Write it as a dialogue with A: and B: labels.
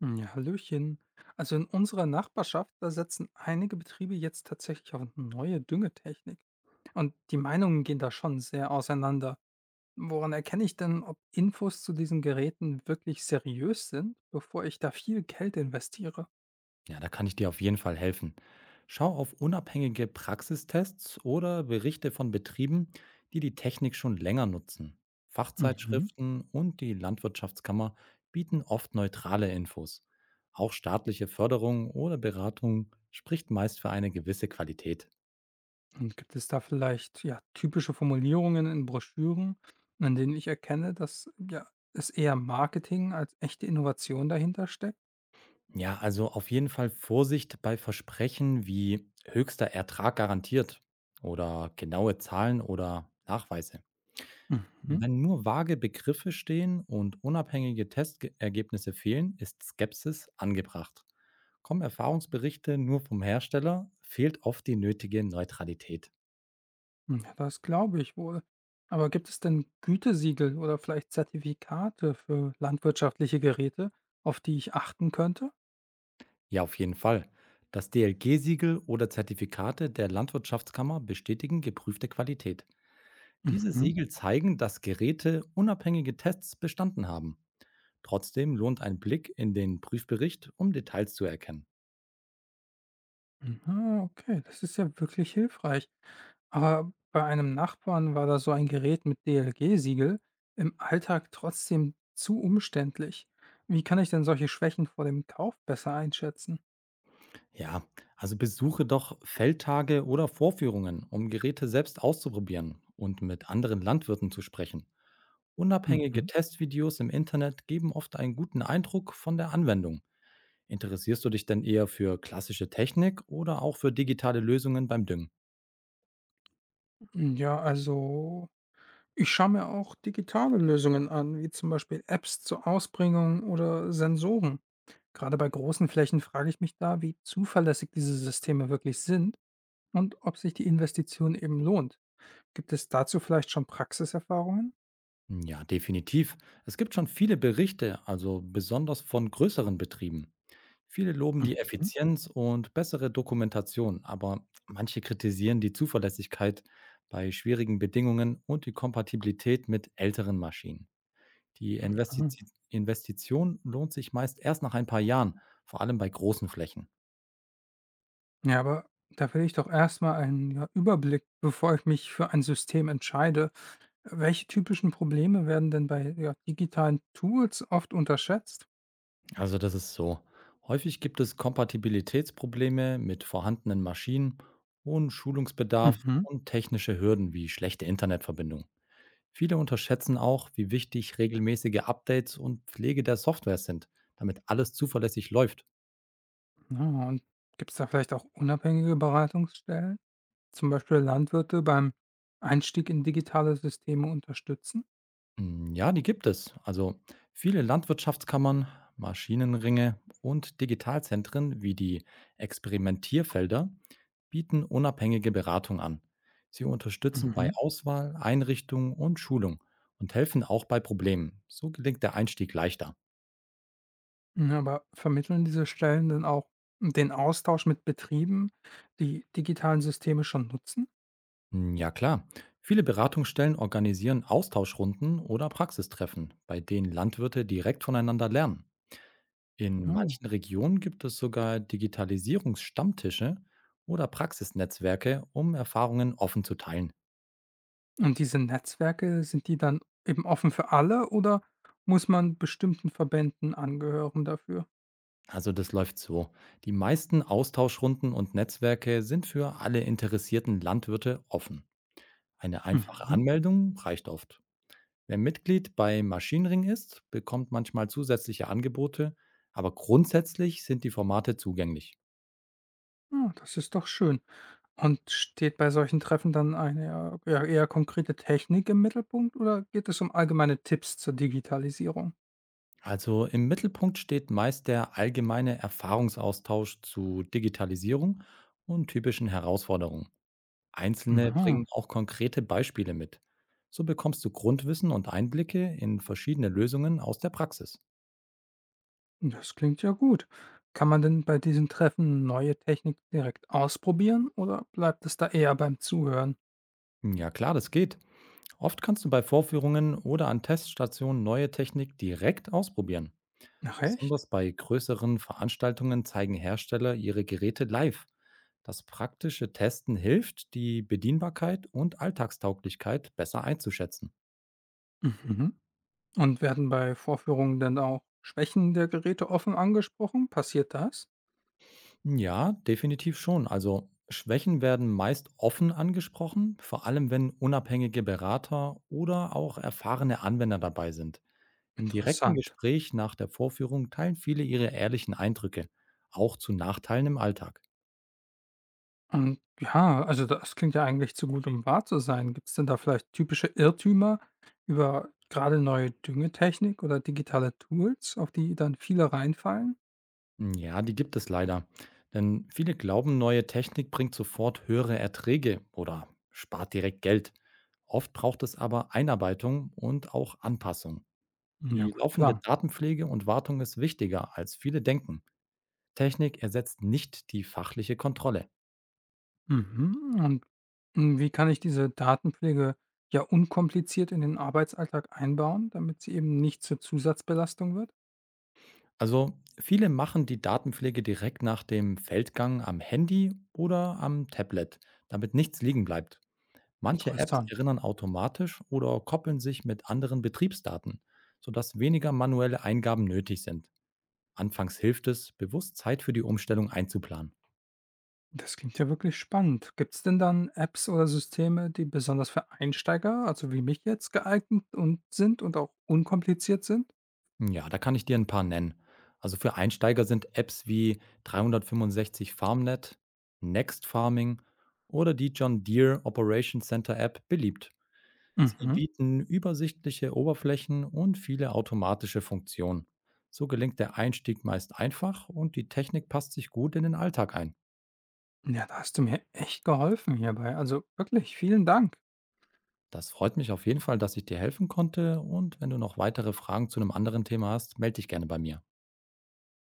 A: Hm, ja, hallöchen. Also in unserer Nachbarschaft, da setzen einige Betriebe jetzt tatsächlich auf neue Düngetechnik. Und die Meinungen gehen da schon sehr auseinander. Woran erkenne ich denn, ob Infos zu diesen Geräten wirklich seriös sind, bevor ich da viel Geld investiere?
B: Ja, da kann ich dir auf jeden Fall helfen. Schau auf unabhängige Praxistests oder Berichte von Betrieben, die die Technik schon länger nutzen.
A: Mhm.
B: Fachzeitschriften und die Landwirtschaftskammer bieten oft neutrale Infos. Auch staatliche Förderung oder Beratung spricht meist für eine gewisse Qualität.
A: Und gibt es da vielleicht ja typische Formulierungen in Broschüren, an denen ich erkenne, dass ja es eher Marketing als echte Innovation dahinter steckt?
B: Ja, also auf jeden Fall Vorsicht bei Versprechen wie höchster Ertrag garantiert oder genaue Zahlen oder Nachweise.
A: Mhm.
B: Wenn nur vage Begriffe stehen und unabhängige Testergebnisse fehlen, ist Skepsis angebracht. Kommen Erfahrungsberichte nur vom Hersteller, fehlt oft die nötige Neutralität.
A: Hm, ja, das glaube ich wohl. Aber gibt es denn Gütesiegel oder vielleicht Zertifikate für landwirtschaftliche Geräte, auf die ich achten könnte?
B: Ja, auf jeden Fall. Das DLG-Siegel oder Zertifikate der Landwirtschaftskammer bestätigen geprüfte Qualität. Diese
A: Mhm.
B: Siegel zeigen, dass Geräte unabhängige Tests bestanden haben. Trotzdem lohnt ein Blick in den Prüfbericht, um Details zu erkennen.
A: Ah, okay, das ist ja wirklich hilfreich. Aber bei einem Nachbarn war da so ein Gerät mit DLG-Siegel im Alltag trotzdem zu umständlich. Wie kann ich denn solche Schwächen vor dem Kauf besser einschätzen?
B: Ja, also besuche doch Feldtage oder Vorführungen, um Geräte selbst auszuprobieren und mit anderen Landwirten zu sprechen. Unabhängige
A: Mhm.
B: Testvideos im Internet geben oft einen guten Eindruck von der Anwendung. Interessierst du dich denn eher für klassische Technik oder auch für digitale Lösungen beim Düngen?
A: Ja, also ich schaue mir auch digitale Lösungen an, wie zum Beispiel Apps zur Ausbringung oder Sensoren. Gerade bei großen Flächen frage ich mich da, wie zuverlässig diese Systeme wirklich sind und ob sich die Investition eben lohnt. Gibt es dazu vielleicht schon Praxiserfahrungen?
B: Hm, ja, definitiv. Es gibt schon viele Berichte, also besonders von größeren Betrieben. Viele loben die
A: Mhm.
B: Effizienz und bessere Dokumentation, aber manche kritisieren die Zuverlässigkeit bei schwierigen Bedingungen und die Kompatibilität mit älteren Maschinen. Die
A: Ah.
B: Investiz Investition lohnt sich meist erst nach ein paar Jahren, vor allem bei großen Flächen.
A: Ja, aber da will ich doch erstmal einen ja, Überblick, bevor ich mich für ein System entscheide. Welche typischen Probleme werden denn bei ja, digitalen Tools oft unterschätzt?
B: Also das ist so. Häufig gibt es Kompatibilitätsprobleme mit vorhandenen Maschinen, hohen Schulungsbedarf
A: Mhm.
B: und technische Hürden wie schlechte Internetverbindungen. Viele unterschätzen auch, wie wichtig regelmäßige Updates und Pflege der Software sind, damit alles zuverlässig läuft.
A: Ja, und gibt's da vielleicht auch unabhängige Beratungsstellen? Zum Beispiel Landwirte beim Einstieg in digitale Systeme unterstützen?
B: Ja, die gibt es. Also viele Landwirtschaftskammern, Maschinenringe und Digitalzentren wie die Experimentierfelder bieten unabhängige Beratung an. Sie unterstützen bei
A: Mhm.
B: Auswahl, Einrichtung und Schulung und helfen auch bei Problemen. So gelingt der Einstieg leichter.
A: Ja, aber vermitteln diese Stellen denn auch den Austausch mit Betrieben, die digitalen Systeme schon nutzen?
B: Hm, ja klar, viele Beratungsstellen organisieren Austauschrunden oder Praxistreffen, bei denen Landwirte direkt voneinander lernen. In
A: Ja.
B: manchen Regionen gibt es sogar Digitalisierungsstammtische oder Praxisnetzwerke, um Erfahrungen offen zu teilen.
A: Und diese Netzwerke, sind die dann eben offen für alle oder muss man bestimmten Verbänden angehören dafür?
B: Also das läuft so. Die meisten Austauschrunden und Netzwerke sind für alle interessierten Landwirte offen. Eine einfache
A: Mhm.
B: Anmeldung reicht oft. Wer Mitglied bei Maschinenring ist, bekommt manchmal zusätzliche Angebote, aber grundsätzlich sind die Formate zugänglich.
A: Ah, das ist doch schön. Und steht bei solchen Treffen dann eine ja, eher konkrete Technik im Mittelpunkt oder geht es um allgemeine Tipps zur Digitalisierung?
B: Also im Mittelpunkt steht meist der allgemeine Erfahrungsaustausch zu Digitalisierung und typischen Herausforderungen. Einzelne bringen
A: Aha,
B: auch konkrete Beispiele mit. So bekommst du Grundwissen und Einblicke in verschiedene Lösungen aus der Praxis.
A: das klingt ja gut. Kann man denn bei diesen Treffen neue Technik direkt ausprobieren oder bleibt es da eher beim Zuhören?
B: Hm, ja klar, das geht. Oft kannst du bei Vorführungen oder an Teststationen neue Technik direkt ausprobieren.
A: Ach echt?
B: Besonders bei größeren Veranstaltungen zeigen Hersteller ihre Geräte live. Das praktische Testen hilft, die Bedienbarkeit und Alltagstauglichkeit besser einzuschätzen.
A: Mhm. Und werden bei Vorführungen dann auch Schwächen der Geräte offen angesprochen? Passiert das?
B: Ja, definitiv schon. Also Schwächen werden meist offen angesprochen, vor allem wenn unabhängige Berater oder auch erfahrene Anwender dabei sind. Im direkten
A: Interessant.
B: Gespräch nach der Vorführung teilen viele ihre ehrlichen Eindrücke, auch zu Nachteilen im Alltag.
A: Und ja, also das klingt ja eigentlich zu gut, um wahr zu sein. Gibt es denn da vielleicht typische Irrtümer über gerade neue Düngetechnik oder digitale Tools, auf die dann viele reinfallen?
B: Hm, ja, die gibt es leider. Denn viele glauben, neue Technik bringt sofort höhere Erträge oder spart direkt Geld. Oft braucht es aber Einarbeitung und auch Anpassung.
A: Ja
B: Die
A: gut,
B: laufende
A: klar.
B: Datenpflege und Wartung ist wichtiger, als viele denken. Technik ersetzt nicht die fachliche Kontrolle.
A: Mhm. Und wie kann ich diese Datenpflege ja unkompliziert in den Arbeitsalltag einbauen, damit sie eben nicht zur Zusatzbelastung wird?
B: Also viele machen die Datenpflege direkt nach dem Feldgang am Handy oder am Tablet, damit nichts liegen bleibt. Manche Apps
A: Interessant.
B: erinnern automatisch oder koppeln sich mit anderen Betriebsdaten, sodass weniger manuelle Eingaben nötig sind. Anfangs hilft es, bewusst Zeit für die Umstellung einzuplanen.
A: Das klingt ja wirklich spannend. Gibt es denn dann Apps oder Systeme, die besonders für Einsteiger, also wie mich jetzt, geeignet und sind und auch unkompliziert sind?
B: Hm, ja, da kann ich dir ein paar nennen. Also für Einsteiger sind Apps wie 365 FarmNet, Next Farming oder die John Deere Operation Center App beliebt. Sie
A: Mhm.
B: bieten übersichtliche Oberflächen und viele automatische Funktionen. So gelingt der Einstieg meist einfach und die Technik passt sich gut in den Alltag ein.
A: Ja, da hast du mir echt geholfen hierbei. Also wirklich vielen Dank.
B: Das freut mich auf jeden Fall, dass ich dir helfen konnte, und wenn du noch weitere Fragen zu einem anderen Thema hast, melde dich gerne bei mir.